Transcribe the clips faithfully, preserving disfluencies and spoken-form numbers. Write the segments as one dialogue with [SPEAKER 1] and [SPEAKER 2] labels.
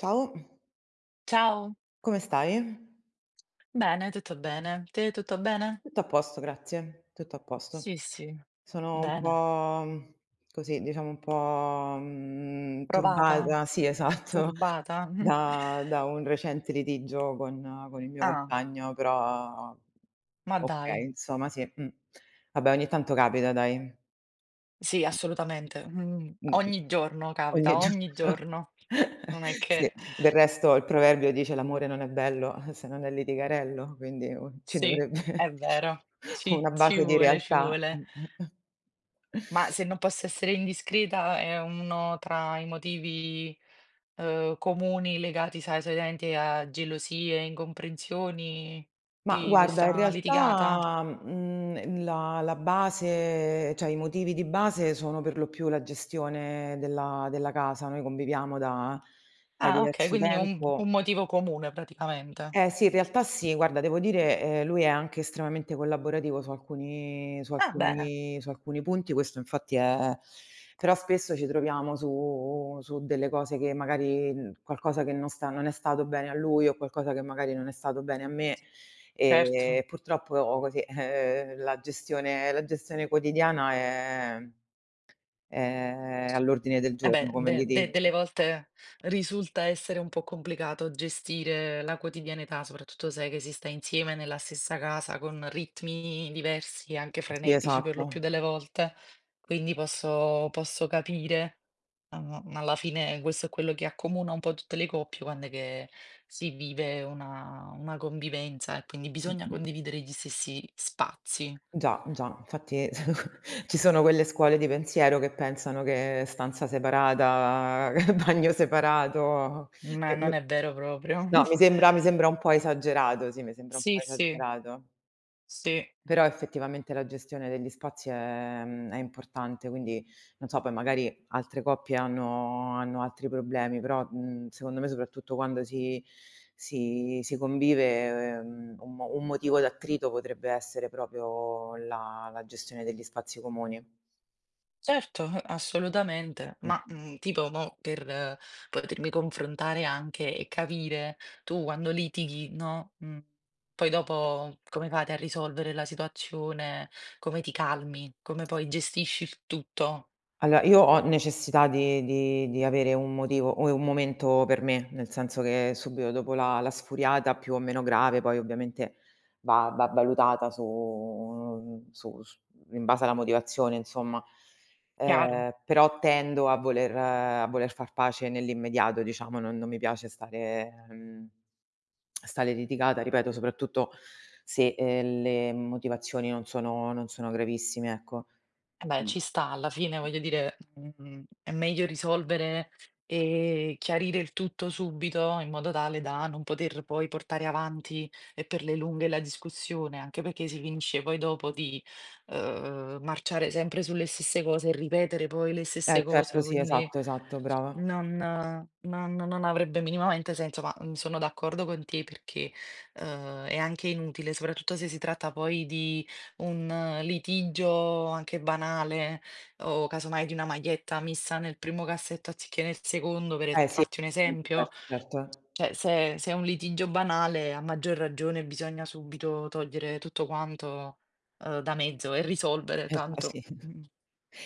[SPEAKER 1] Ciao,
[SPEAKER 2] Ciao,
[SPEAKER 1] come stai?
[SPEAKER 2] bene, tutto bene. Te tutto bene?
[SPEAKER 1] Tutto a posto, grazie, tutto a posto.
[SPEAKER 2] Sì, sì,
[SPEAKER 1] Sono un
[SPEAKER 2] bene.
[SPEAKER 1] po', mhmm, così, diciamo un po', mhmm,
[SPEAKER 2] Provata?
[SPEAKER 1] turbata sì, esatto,
[SPEAKER 2] Turbata?
[SPEAKER 1] da da un recente litigio con con il mio
[SPEAKER 2] Ah,
[SPEAKER 1] compagno, però
[SPEAKER 2] ma dai.
[SPEAKER 1] okay, insomma sì, mh. Vabbè, ogni tanto capita dai.
[SPEAKER 2] Sì, assolutamente. Mm,
[SPEAKER 1] Mh-mh.
[SPEAKER 2] ogni giorno
[SPEAKER 1] Ogni
[SPEAKER 2] capita, ogni
[SPEAKER 1] giorno.
[SPEAKER 2] giorno. Non è
[SPEAKER 1] Sì,
[SPEAKER 2] che.
[SPEAKER 1] del resto il proverbio dice: "L'amore non è bello eh, se non è litigarello", quindi u ci
[SPEAKER 2] Sì,
[SPEAKER 1] dovrebbe
[SPEAKER 2] è vero. Ci,
[SPEAKER 1] una
[SPEAKER 2] ci
[SPEAKER 1] base di
[SPEAKER 2] vuole, ci
[SPEAKER 1] realtà.
[SPEAKER 2] vuole.
[SPEAKER 1] Mh-mh.
[SPEAKER 2] Ma se non posso essere indiscreta, è uno tra i motivi eh, comuni legati, sai, solitamente a gelosie, incomprensioni
[SPEAKER 1] Ma
[SPEAKER 2] di
[SPEAKER 1] guarda, in
[SPEAKER 2] questa litigata.
[SPEAKER 1] realtà, mhmm, la la base cioè i motivi di base sono per lo più la gestione della della casa. Noi conviviamo da da
[SPEAKER 2] Ah, okay,
[SPEAKER 1] diverso
[SPEAKER 2] quindi un
[SPEAKER 1] tempo.
[SPEAKER 2] un motivo comune praticamente.
[SPEAKER 1] Eh sì, in realtà sì, guarda devo dire, ehm, lui è anche estremamente collaborativo su alcuni su
[SPEAKER 2] Ah bene,
[SPEAKER 1] alcuni su alcuni punti, questo infatti è però spesso ci troviamo su su delle cose che magari mhmm, qualcosa che non sta non è stato bene a lui o qualcosa che magari non è stato bene a me,
[SPEAKER 2] certo.
[SPEAKER 1] ehm, purtroppo oh, così, ehm, la gestione la gestione quotidiana è è all'ordine del
[SPEAKER 2] Eh
[SPEAKER 1] giorno
[SPEAKER 2] beh,
[SPEAKER 1] come
[SPEAKER 2] de de
[SPEAKER 1] litigio.
[SPEAKER 2] delle volte risulta essere un po' complicato gestire la quotidianità, soprattutto se che si sta insieme nella stessa casa con ritmi diversi e anche
[SPEAKER 1] Sì,
[SPEAKER 2] frenetici per lo
[SPEAKER 1] esatto.
[SPEAKER 2] più delle volte. Quindi posso posso capire, uhm, alla fine questo è quello che accomuna un po' tutte le coppie quando è che si vive una una convivenza e quindi bisogna
[SPEAKER 1] Mh-mh.
[SPEAKER 2] condividere gli stessi spazi.
[SPEAKER 1] Già, già, infatti ci sono quelle scuole di pensiero che pensano che stanza separata, bagno separato,
[SPEAKER 2] Ma
[SPEAKER 1] e
[SPEAKER 2] non
[SPEAKER 1] mi
[SPEAKER 2] è vero proprio.
[SPEAKER 1] no, mi sembra mi sembra un po' esagerato, sì, mi sembra un po'
[SPEAKER 2] Sì, sì,
[SPEAKER 1] esagerato.
[SPEAKER 2] sì,
[SPEAKER 1] Però effettivamente la gestione degli spazi è mhmm, è importante, quindi non so, poi magari altre coppie hanno hanno altri problemi, però, mhmm, secondo me soprattutto quando si si si convive, ehm, un mo un motivo d'attrito potrebbe essere proprio la la gestione degli spazi comuni.
[SPEAKER 2] certo, assolutamente.
[SPEAKER 1] Mh.
[SPEAKER 2] Ma, mhmm, tipo mo per eh, potermi confrontare anche e capire, tu quando litighi, no, mhmm, poi dopo come fate a risolvere la situazione? Come ti calmi? Come poi gestisci il tutto?
[SPEAKER 1] Allora, io ho necessità di di di avere un motivo o un momento per me, nel senso che subito dopo la la sfuriata, più o meno grave, poi ovviamente va va valutata su mhmm, su s in base alla motivazione insomma.
[SPEAKER 2] Chiaro?
[SPEAKER 1] Ehm, però tendo a voler a voler far pace nell'immediato, diciamo, non non mi piace stare mhmm, stare litigata, ripeto, soprattutto se, ehm, le motivazioni non sono non sono gravissime, ecco.
[SPEAKER 2] Eh beh,
[SPEAKER 1] Quindi.
[SPEAKER 2] ci sta alla fine, voglio dire, mhmm, è meglio risolvere e chiarire il tutto subito, in modo tale da non poter poi portare avanti e per le lunghe la discussione, anche perché si finisce poi dopo di, uhm, marciare sempre sulle stesse cose e ripetere poi le
[SPEAKER 1] Eh
[SPEAKER 2] stesse
[SPEAKER 1] certo,
[SPEAKER 2] cose,
[SPEAKER 1] sì,
[SPEAKER 2] quindi
[SPEAKER 1] esatto, esatto, brava.
[SPEAKER 2] non non non avrebbe minimamente senso, ma, mhmm, sono d'accordo con te perché, uhm, è anche inutile, soprattutto se si tratta poi di un eh, litigio anche banale o casomai di una maglietta messa nel primo cassetto anziché nel secondo, per e
[SPEAKER 1] Eh sì,
[SPEAKER 2] farti un esempio.
[SPEAKER 1] certo, certo.
[SPEAKER 2] Cioè, se se è un litigio banale, a maggior ragione bisogna subito togliere tutto quanto, uhm, da mezzo e risolvere
[SPEAKER 1] Esa
[SPEAKER 2] tanto,
[SPEAKER 1] Sì.
[SPEAKER 2] mh-mh,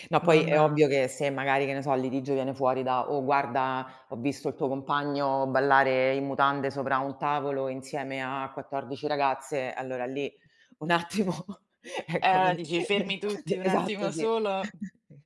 [SPEAKER 1] No, poi è
[SPEAKER 2] non
[SPEAKER 1] ovvio che se magari, che ne so, il litigio viene fuori da: "Oh guarda, ho visto il tuo compagno ballare in mutande sopra un tavolo insieme a quattordici ragazze", allora lì un attimo
[SPEAKER 2] Eh,
[SPEAKER 1] ecco
[SPEAKER 2] allora
[SPEAKER 1] mi
[SPEAKER 2] dici: "Fermi tutti
[SPEAKER 1] d
[SPEAKER 2] un
[SPEAKER 1] esatto,
[SPEAKER 2] attimo
[SPEAKER 1] sì.
[SPEAKER 2] solo,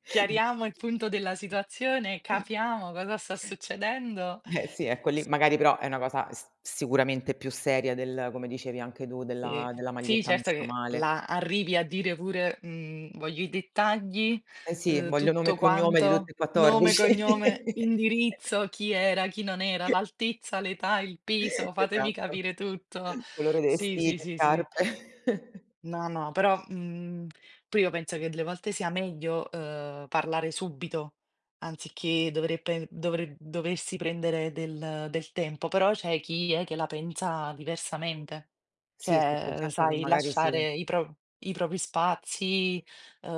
[SPEAKER 2] chiariamo il punto della situazione, capiamo cosa sta succedendo."
[SPEAKER 1] Eh sì, ecco lì magari però è una cosa s sicuramente più seria del come dicevi anche tu,
[SPEAKER 2] Sì.
[SPEAKER 1] della della
[SPEAKER 2] Sì,
[SPEAKER 1] maglietta
[SPEAKER 2] certo
[SPEAKER 1] messa
[SPEAKER 2] che
[SPEAKER 1] male.
[SPEAKER 2] là arrivi a dire pure, mhmm, voglio i dettagli,
[SPEAKER 1] Eh sì,
[SPEAKER 2] uhm,
[SPEAKER 1] voglio nome e
[SPEAKER 2] tutto
[SPEAKER 1] cognome di tutti
[SPEAKER 2] quanto,
[SPEAKER 1] e
[SPEAKER 2] nome,
[SPEAKER 1] quattordici.
[SPEAKER 2] cognome, indirizzo, chi era, chi non era, l'altezza, l'età, il peso, fatemi
[SPEAKER 1] Esatto.
[SPEAKER 2] capire tutto.
[SPEAKER 1] Colore dei
[SPEAKER 2] Sì, sì,
[SPEAKER 1] vestiti,
[SPEAKER 2] sì, sì.
[SPEAKER 1] scarpe.
[SPEAKER 2] No, no, però, mhmm, poi io penso che delle volte sia meglio, uhm, parlare subito, anziché dover pe dover doversi prendere del del tempo. Però c'è chi è che la pensa diversamente.
[SPEAKER 1] Sì, sì, c'è
[SPEAKER 2] Cioè,
[SPEAKER 1] gente che
[SPEAKER 2] sai,
[SPEAKER 1] magari sì.
[SPEAKER 2] lasciare i pro i propri spazi, uhm,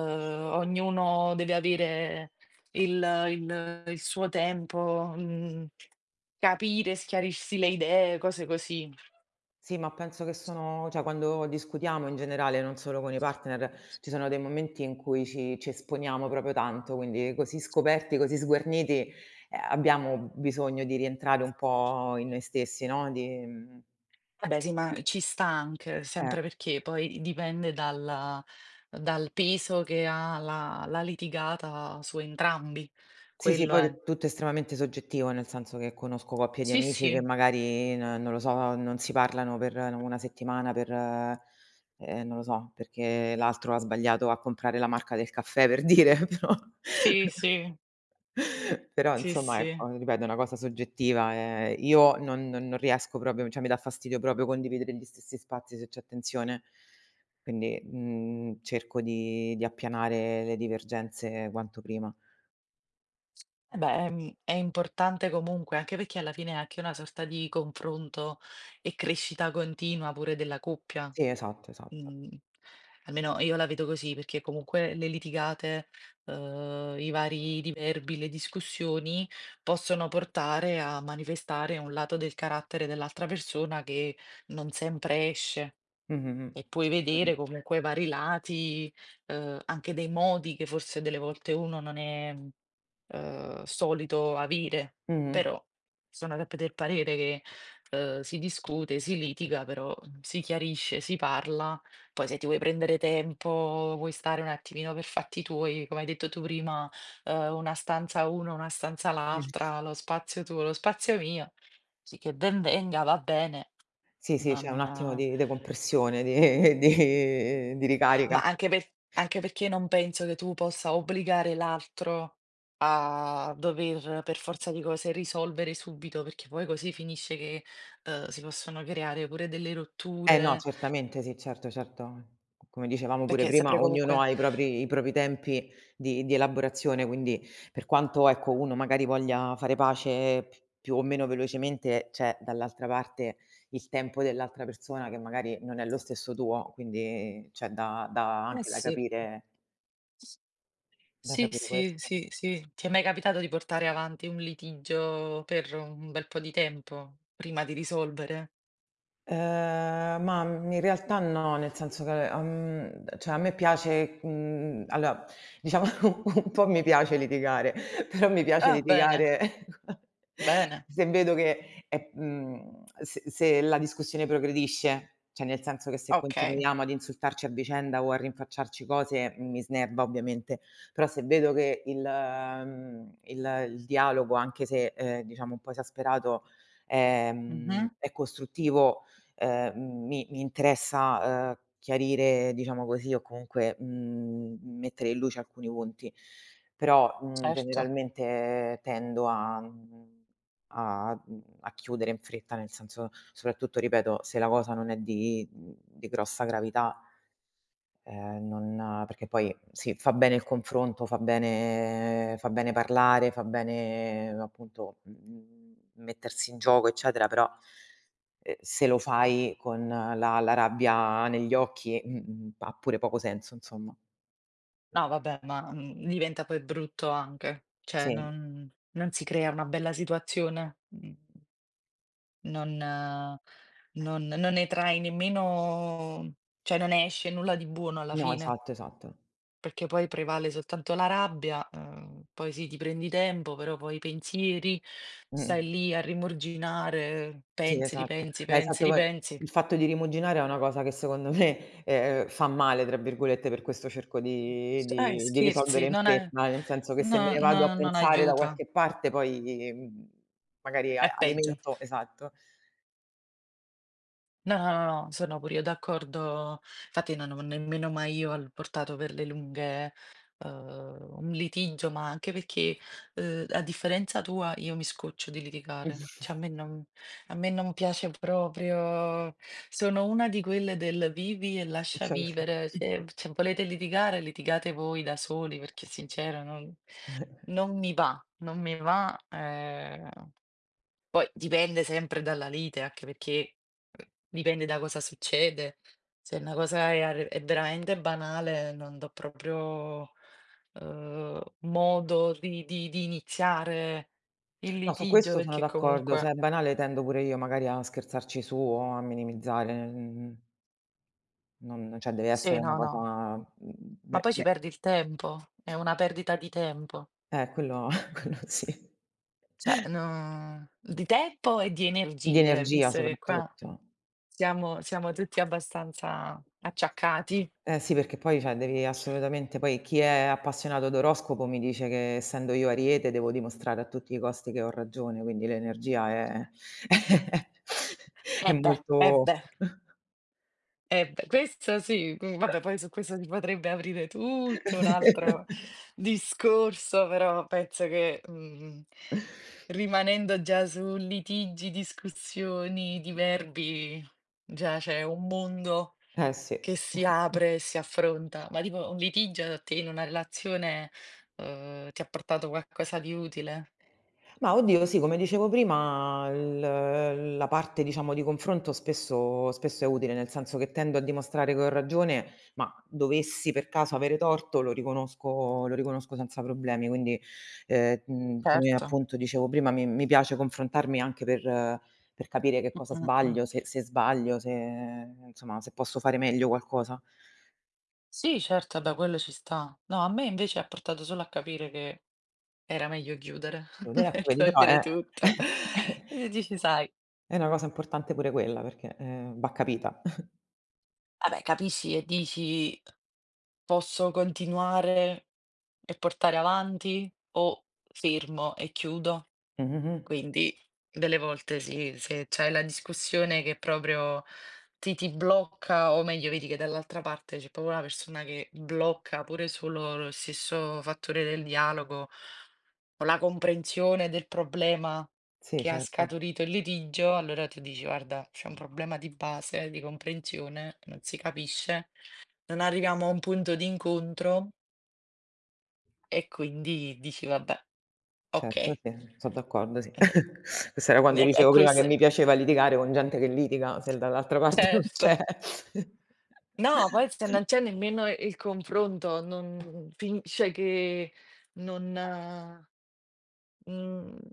[SPEAKER 2] ognuno deve avere il il il suo tempo, mhmm, capire, schiarirsi le idee, cose così.
[SPEAKER 1] Sì, ma penso che sono cioè quando discutiamo in generale, non solo con i partner, ci sono dei momenti in cui ci ci esponiamo proprio tanto, quindi così scoperti, così sguarniti, ehm, abbiamo bisogno di rientrare un po' in noi stessi, no, di mhmm
[SPEAKER 2] Vabbè sì, ma ci sta anche,
[SPEAKER 1] Eh.
[SPEAKER 2] sempre perché poi dipende dalla dal peso che ha la la litigata su entrambi,
[SPEAKER 1] Sì, sì,
[SPEAKER 2] quello
[SPEAKER 1] poi
[SPEAKER 2] è.
[SPEAKER 1] è tutto estremamente soggettivo, nel senso che conosco coppie di
[SPEAKER 2] Sì,
[SPEAKER 1] amici che
[SPEAKER 2] sì,
[SPEAKER 1] magari n non lo so, non si parlano per una settimana per ehm, non lo so, perché l'altro ha sbagliato a comprare la marca del caffè per dire, però
[SPEAKER 2] sì, sì,
[SPEAKER 1] però
[SPEAKER 2] sì,
[SPEAKER 1] insomma ecco,
[SPEAKER 2] sì.
[SPEAKER 1] ripeto è una cosa soggettiva, ehm, io non non non riesco proprio cioè mi dà fastidio proprio condividere gli stessi spazi se c'è tensione, quindi, mhmm, cerco di di appianare le divergenze quanto prima.
[SPEAKER 2] Eh beh, mhmm, è importante comunque, anche perché alla fine è anche una sorta di confronto e crescita continua pure della coppia.
[SPEAKER 1] Sì, esatto, esatto.
[SPEAKER 2] Mhmm, almeno io la vedo così, perché comunque le litigate, uhm, i vari diverbi, le discussioni possono portare a manifestare un lato del carattere dell'altra persona che non sempre esce.
[SPEAKER 1] Mh-mh-mh.
[SPEAKER 2] E puoi
[SPEAKER 1] Sicuramen.
[SPEAKER 2] vedere comunque vari lati, uhm, anche dei modi che forse delle volte uno non è, mhmm, uhm, solito avere.
[SPEAKER 1] Mh-mh.
[SPEAKER 2] Però sono sempre del parere che, uhm, si discute, si litiga, però, mhmm, si chiarisce, si parla. Poi se ti vuoi prendere tempo, vuoi stare un attimino per fatti tuoi, come hai detto tu prima, uhm, una stanza uno, una stanza
[SPEAKER 1] Mh.
[SPEAKER 2] l'altra, lo spazio tuo, lo spazio mio, sì che ben venga, va bene.
[SPEAKER 1] Sì, sì, c'è un
[SPEAKER 2] Non
[SPEAKER 1] attimo
[SPEAKER 2] eh,
[SPEAKER 1] di decompressione, di di di ricarica.
[SPEAKER 2] ma anche per anche perché non penso che tu possa obbligare l'altro a dover per forza di cose risolvere subito, perché poi così finisce che, uhm, si possono creare pure delle
[SPEAKER 1] Eh no,
[SPEAKER 2] rotture,
[SPEAKER 1] certamente sì, certo, certo. Come dicevamo pure
[SPEAKER 2] perché è
[SPEAKER 1] prima,
[SPEAKER 2] sempre
[SPEAKER 1] ognuno
[SPEAKER 2] comunque
[SPEAKER 1] ha i propri i propri tempi di di elaborazione, quindi per quanto, ecco, uno magari voglia fare pace p più o meno velocemente, c'è dall'altra parte il tempo dell'altra persona che magari non è lo stesso tuo, quindi c'è da da
[SPEAKER 2] eh
[SPEAKER 1] anche da
[SPEAKER 2] sì.
[SPEAKER 1] capire da
[SPEAKER 2] Sì,
[SPEAKER 1] capire
[SPEAKER 2] sì,
[SPEAKER 1] questo.
[SPEAKER 2] sì, sì. Ti è mai capitato di portare avanti un litigio per un bel po' di tempo prima di risolvere?
[SPEAKER 1] Ehm, ma, mhmm, in realtà no, nel senso che, uhm, cioè a me piace, mhmm, allora diciamo un po' mi piace litigare, però mi piace
[SPEAKER 2] Ah, bene,
[SPEAKER 1] litigare
[SPEAKER 2] bene,
[SPEAKER 1] se vedo che è mhmm, se se la discussione progredisce, cioè nel senso che se
[SPEAKER 2] okay.
[SPEAKER 1] continuiamo ad insultarci a vicenda o a rinfacciarci cose, mh, mi snerva ovviamente, però se vedo che il mhmm, il il dialogo, anche se, ehm, diciamo un po' esasperato, ehm,
[SPEAKER 2] Mh-mh,
[SPEAKER 1] è costruttivo ehm, mi mi interessa, ehm, chiarire, diciamo così, o comunque, mhmm, mettere in luce alcuni punti. Però, mhmm,
[SPEAKER 2] certo.
[SPEAKER 1] generalmente tendo a mhmm, a mhmm, a chiudere in fretta, nel senso soprattutto, ripeto, se la cosa non è di mhmm, di grossa gravità. Ehm, non eh, perché poi sì, fa bene il confronto, fa bene fa bene parlare, fa bene appunto, mhmm, mettersi in gioco eccetera, però, ehm, se lo fai con la la rabbia negli occhi, mh-mh, ha pure poco senso insomma.
[SPEAKER 2] No vabbè, ma, mhmm, diventa poi brutto anche, cioè
[SPEAKER 1] Sì.
[SPEAKER 2] non non si crea una bella situazione, mhmm, non eh, non non ne trai nemmeno, cioè non ne esce nulla di buono alla
[SPEAKER 1] No,
[SPEAKER 2] fine,
[SPEAKER 1] esatto, esatto.
[SPEAKER 2] perché poi prevale soltanto la rabbia, uhm, poi sì, ti prendi tempo, però poi i pensieri,
[SPEAKER 1] Mh-mh.
[SPEAKER 2] stai lì a rimorginare,
[SPEAKER 1] Sì,
[SPEAKER 2] pensi,
[SPEAKER 1] esatto.
[SPEAKER 2] ripensi,
[SPEAKER 1] Eh,
[SPEAKER 2] pensi,
[SPEAKER 1] esatto, poi
[SPEAKER 2] ripensi.
[SPEAKER 1] il fatto di rimuginare è una cosa che secondo me, ehm, "fa male" tra virgolette, per questo cerco di
[SPEAKER 2] S eh,
[SPEAKER 1] di di risolvere
[SPEAKER 2] scherzi,
[SPEAKER 1] in
[SPEAKER 2] non è,
[SPEAKER 1] fretta, nel senso che se me
[SPEAKER 2] no,
[SPEAKER 1] ne vado a
[SPEAKER 2] no, non
[SPEAKER 1] pensare da
[SPEAKER 2] aiuta,
[SPEAKER 1] qualche parte poi, mhmm, magari
[SPEAKER 2] è
[SPEAKER 1] a
[SPEAKER 2] peggio.
[SPEAKER 1] alimento esatto.
[SPEAKER 2] No, no, no, no, sono pure io d'accordo. Infatti non ho nemmeno mai io al portato per le lunghe eh, un litigio, ma anche perché eh, a differenza tua io mi scoccio di litigare. Cioè a me non, a me non piace proprio. Sono una di quelle del vivi e lascia
[SPEAKER 1] Lascia così.
[SPEAKER 2] vivere. Se, se volete litigare, litigate voi da soli, perché sincero non, non mi va, non mi va. Eh. Poi dipende sempre dalla lite, anche perché, uhm, dipende da cosa succede. Se una cosa è ar è veramente banale, non do proprio, uhm, modo di di di iniziare il
[SPEAKER 1] No, su
[SPEAKER 2] litigio,
[SPEAKER 1] questo sono
[SPEAKER 2] perché
[SPEAKER 1] d'accordo, se è
[SPEAKER 2] comunque
[SPEAKER 1] banale tendo pure io magari a scherzarci su o a minimizzare, mhmm, non cioè deve
[SPEAKER 2] sì,
[SPEAKER 1] essere una
[SPEAKER 2] no, no.
[SPEAKER 1] cosa, mhmm,
[SPEAKER 2] Ma
[SPEAKER 1] me
[SPEAKER 2] poi ci
[SPEAKER 1] me
[SPEAKER 2] perdi il tempo, è una perdita di tempo.
[SPEAKER 1] Eh quello quello sì.
[SPEAKER 2] Cioè, no, di tempo e di
[SPEAKER 1] Di
[SPEAKER 2] energie,
[SPEAKER 1] energia
[SPEAKER 2] visto che qua
[SPEAKER 1] soprattutto.
[SPEAKER 2] siamo siamo tutti abbastanza acciaccati.
[SPEAKER 1] Eh sì, perché poi cioè devi assolutamente poi chi è appassionato d'oroscopo mi dice che essendo io Ariete devo dimostrare a tutti i costi che ho ragione, quindi l'energia è è
[SPEAKER 2] Eh beh, eh
[SPEAKER 1] molto.
[SPEAKER 2] beh. Eh beh, questo sì, mhmm, vabbè poi su questo si potrebbe aprire tutto un altro discorso, però penso che, mhmm, rimanendo già su litigi, discussioni, diverbi, già c'è un mondo
[SPEAKER 1] Eh sì.
[SPEAKER 2] che si apre e si affronta. Ma tipo un litigio a te in una relazione, uhm, ti ha portato qualcosa di utile?
[SPEAKER 1] Ma oddio, sì, come dicevo prima, il- la parte, diciamo, di confronto spesso, spesso è utile, nel senso che tendo a dimostrare che ho ragione, ma dovessi per caso avere torto, lo riconosco, lo riconosco senza problemi. Quindi, eh, mh, come
[SPEAKER 2] Certo.
[SPEAKER 1] appunto dicevo prima, mi, mi piace confrontarmi anche per, eh, per capire che
[SPEAKER 2] Mh,
[SPEAKER 1] cosa
[SPEAKER 2] mh, mh.
[SPEAKER 1] sbaglio, se, se sbaglio, se, insomma, se posso fare meglio qualcosa.
[SPEAKER 2] Sì, certo, vabbè quello ci sta. No, a me invece ha portato solo a capire che era meglio chiudere
[SPEAKER 1] Devo dire,
[SPEAKER 2] e
[SPEAKER 1] ecco, vedi, però è,
[SPEAKER 2] togliere tutto. E dici: "Sai",
[SPEAKER 1] è una cosa importante pure quella, perché eh, va capita.
[SPEAKER 2] vabbè capisci e dici: "Posso continuare e portare avanti o fermo e chiudo?"
[SPEAKER 1] Mhm.
[SPEAKER 2] Quindi delle volte sì, se c'hai la discussione che proprio ti ti blocca o meglio vedi che dall'altra parte c'è proprio una persona che blocca pure solo lo stesso fattore del dialogo o la comprensione del problema
[SPEAKER 1] Sì,
[SPEAKER 2] che ha
[SPEAKER 1] certo.
[SPEAKER 2] scaturito il litigio, allora tu dici: "Guarda, c'è un problema di base, di comprensione, non si capisce, non arriviamo a un punto di incontro" e quindi dici: "Vabbè,
[SPEAKER 1] Certo,
[SPEAKER 2] okay".
[SPEAKER 1] sì, so' d'accordo, sì.
[SPEAKER 2] Ed è
[SPEAKER 1] Questo era quando
[SPEAKER 2] è è
[SPEAKER 1] dicevo prima che mi
[SPEAKER 2] queste,
[SPEAKER 1] piaceva litigare con gente che litiga, se dall'altra parte non c'è.
[SPEAKER 2] certo. No, poi se non c'è nemmeno il confronto, non fin cioè che non Mhmm,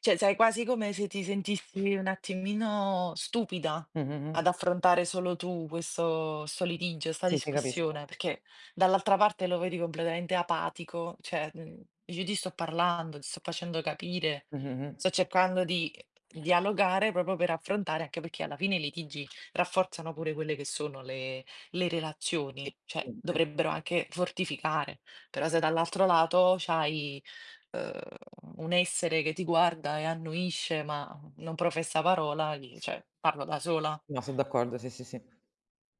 [SPEAKER 2] cioè sai quasi come se ti sentissi un attimino stupida
[SPEAKER 1] Mh, mh,
[SPEAKER 2] ad
[SPEAKER 1] mh.
[SPEAKER 2] affrontare solo tu questo 'sto litigio, 'sta
[SPEAKER 1] Sì, sì, capisco.
[SPEAKER 2] discussione, perché dall'altra parte lo vedi completamente apatico, cioè, mhmm, dici: "Ti sto parlando, ti sto facendo capire,
[SPEAKER 1] Mh, mh, mh.
[SPEAKER 2] sto cercando di dialogare proprio per affrontare" anche perché alla fine i litigi rafforzano pure quelle che sono le le
[SPEAKER 1] Sì,
[SPEAKER 2] relazioni, cioè
[SPEAKER 1] assolutamente.
[SPEAKER 2] dovrebbero anche fortificare, però se dall'altro lato c'hai uhm, un essere che ti guarda e annuisce, ma non professa parola, gli cioè, parlo da sola.
[SPEAKER 1] No, so' d'accordo, sì, sì, sì.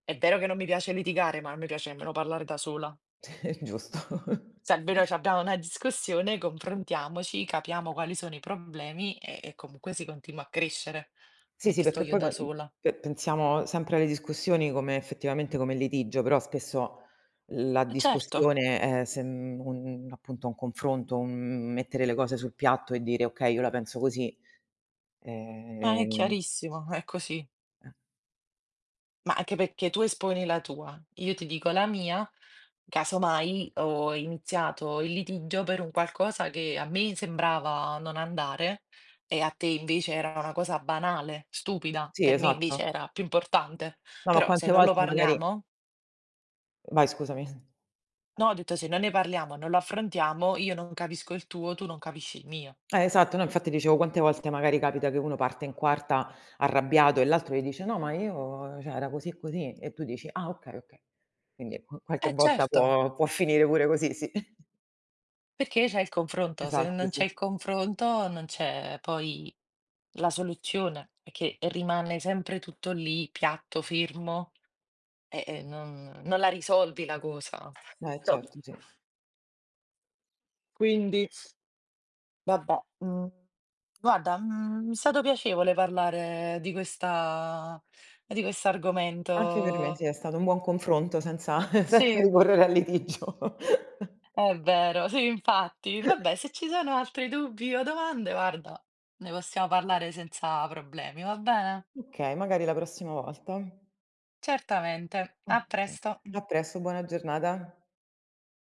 [SPEAKER 2] È vero che non mi piace litigare, ma non mi piace nemmeno parlare da sola.
[SPEAKER 1] È giusto.
[SPEAKER 2] Se almeno c'abbiamo una discussione, confrontiamoci, capiamo quali sono i problemi e e comunque si continua a crescere.
[SPEAKER 1] Sì,
[SPEAKER 2] Non è
[SPEAKER 1] sì,
[SPEAKER 2] che sto
[SPEAKER 1] perché
[SPEAKER 2] io
[SPEAKER 1] poi
[SPEAKER 2] da
[SPEAKER 1] quan
[SPEAKER 2] sola.
[SPEAKER 1] pe pensiamo sempre alle discussioni come effettivamente come litigio, però spesso la
[SPEAKER 2] E certo,
[SPEAKER 1] discussione è sem un appunto un confronto, un mettere le cose sul piatto e dire: "Okay, io la penso così".
[SPEAKER 2] ma è
[SPEAKER 1] Ehm,
[SPEAKER 2] chiarissimo, è così.
[SPEAKER 1] eh,
[SPEAKER 2] Ma anche perché tu esponi la tua, io ti dico la mia, casomai ho iniziato il litigio per un qualcosa che a me sembrava non andare e a te invece era una cosa banale, stupida,
[SPEAKER 1] sì,
[SPEAKER 2] per me
[SPEAKER 1] esatto.
[SPEAKER 2] invece era più importante.
[SPEAKER 1] No, ma
[SPEAKER 2] Però se
[SPEAKER 1] quante
[SPEAKER 2] non lo
[SPEAKER 1] volte magari
[SPEAKER 2] parliamo,
[SPEAKER 1] vai scusami.
[SPEAKER 2] no, ho detto se non ne parliamo, non lo affrontiamo, io non capisco il tuo, tu non capisci il mio.
[SPEAKER 1] Eh, esatto, no infatti dicevo quante volte magari capita che uno parte in quarta arrabbiato e l'altro gli dice: "No, ma io cioè era così e così" e tu dici: "Ah okay, okay". Quindi qu qualche
[SPEAKER 2] Eh
[SPEAKER 1] volta
[SPEAKER 2] certo.
[SPEAKER 1] può può finire pure così, sì.
[SPEAKER 2] Perché c'è il confronto, se
[SPEAKER 1] Esatto,
[SPEAKER 2] non
[SPEAKER 1] sì.
[SPEAKER 2] c'è il confronto non c'è poi la soluzione, perché rimane sempre tutto lì piatto, fermo e e non non la risolvi la cosa.
[SPEAKER 1] Eh certo, sì.
[SPEAKER 2] Quindi vabbè, mhmm, guarda, mhmm, è stato piacevole parlare di questa di questo
[SPEAKER 1] Anche per me sì, è
[SPEAKER 2] argomento.
[SPEAKER 1] stato un buon confronto senza senza
[SPEAKER 2] Sì,
[SPEAKER 1] ricorrere al litigio.
[SPEAKER 2] è vero, sì infatti. Vabbè, se ci sono altri dubbi o domande, guarda, ne possiamo parlare senza problemi, va bene?
[SPEAKER 1] Okay, magari la prossima volta.
[SPEAKER 2] Certamente, a
[SPEAKER 1] Okay.
[SPEAKER 2] presto.
[SPEAKER 1] A presto, buona giornata.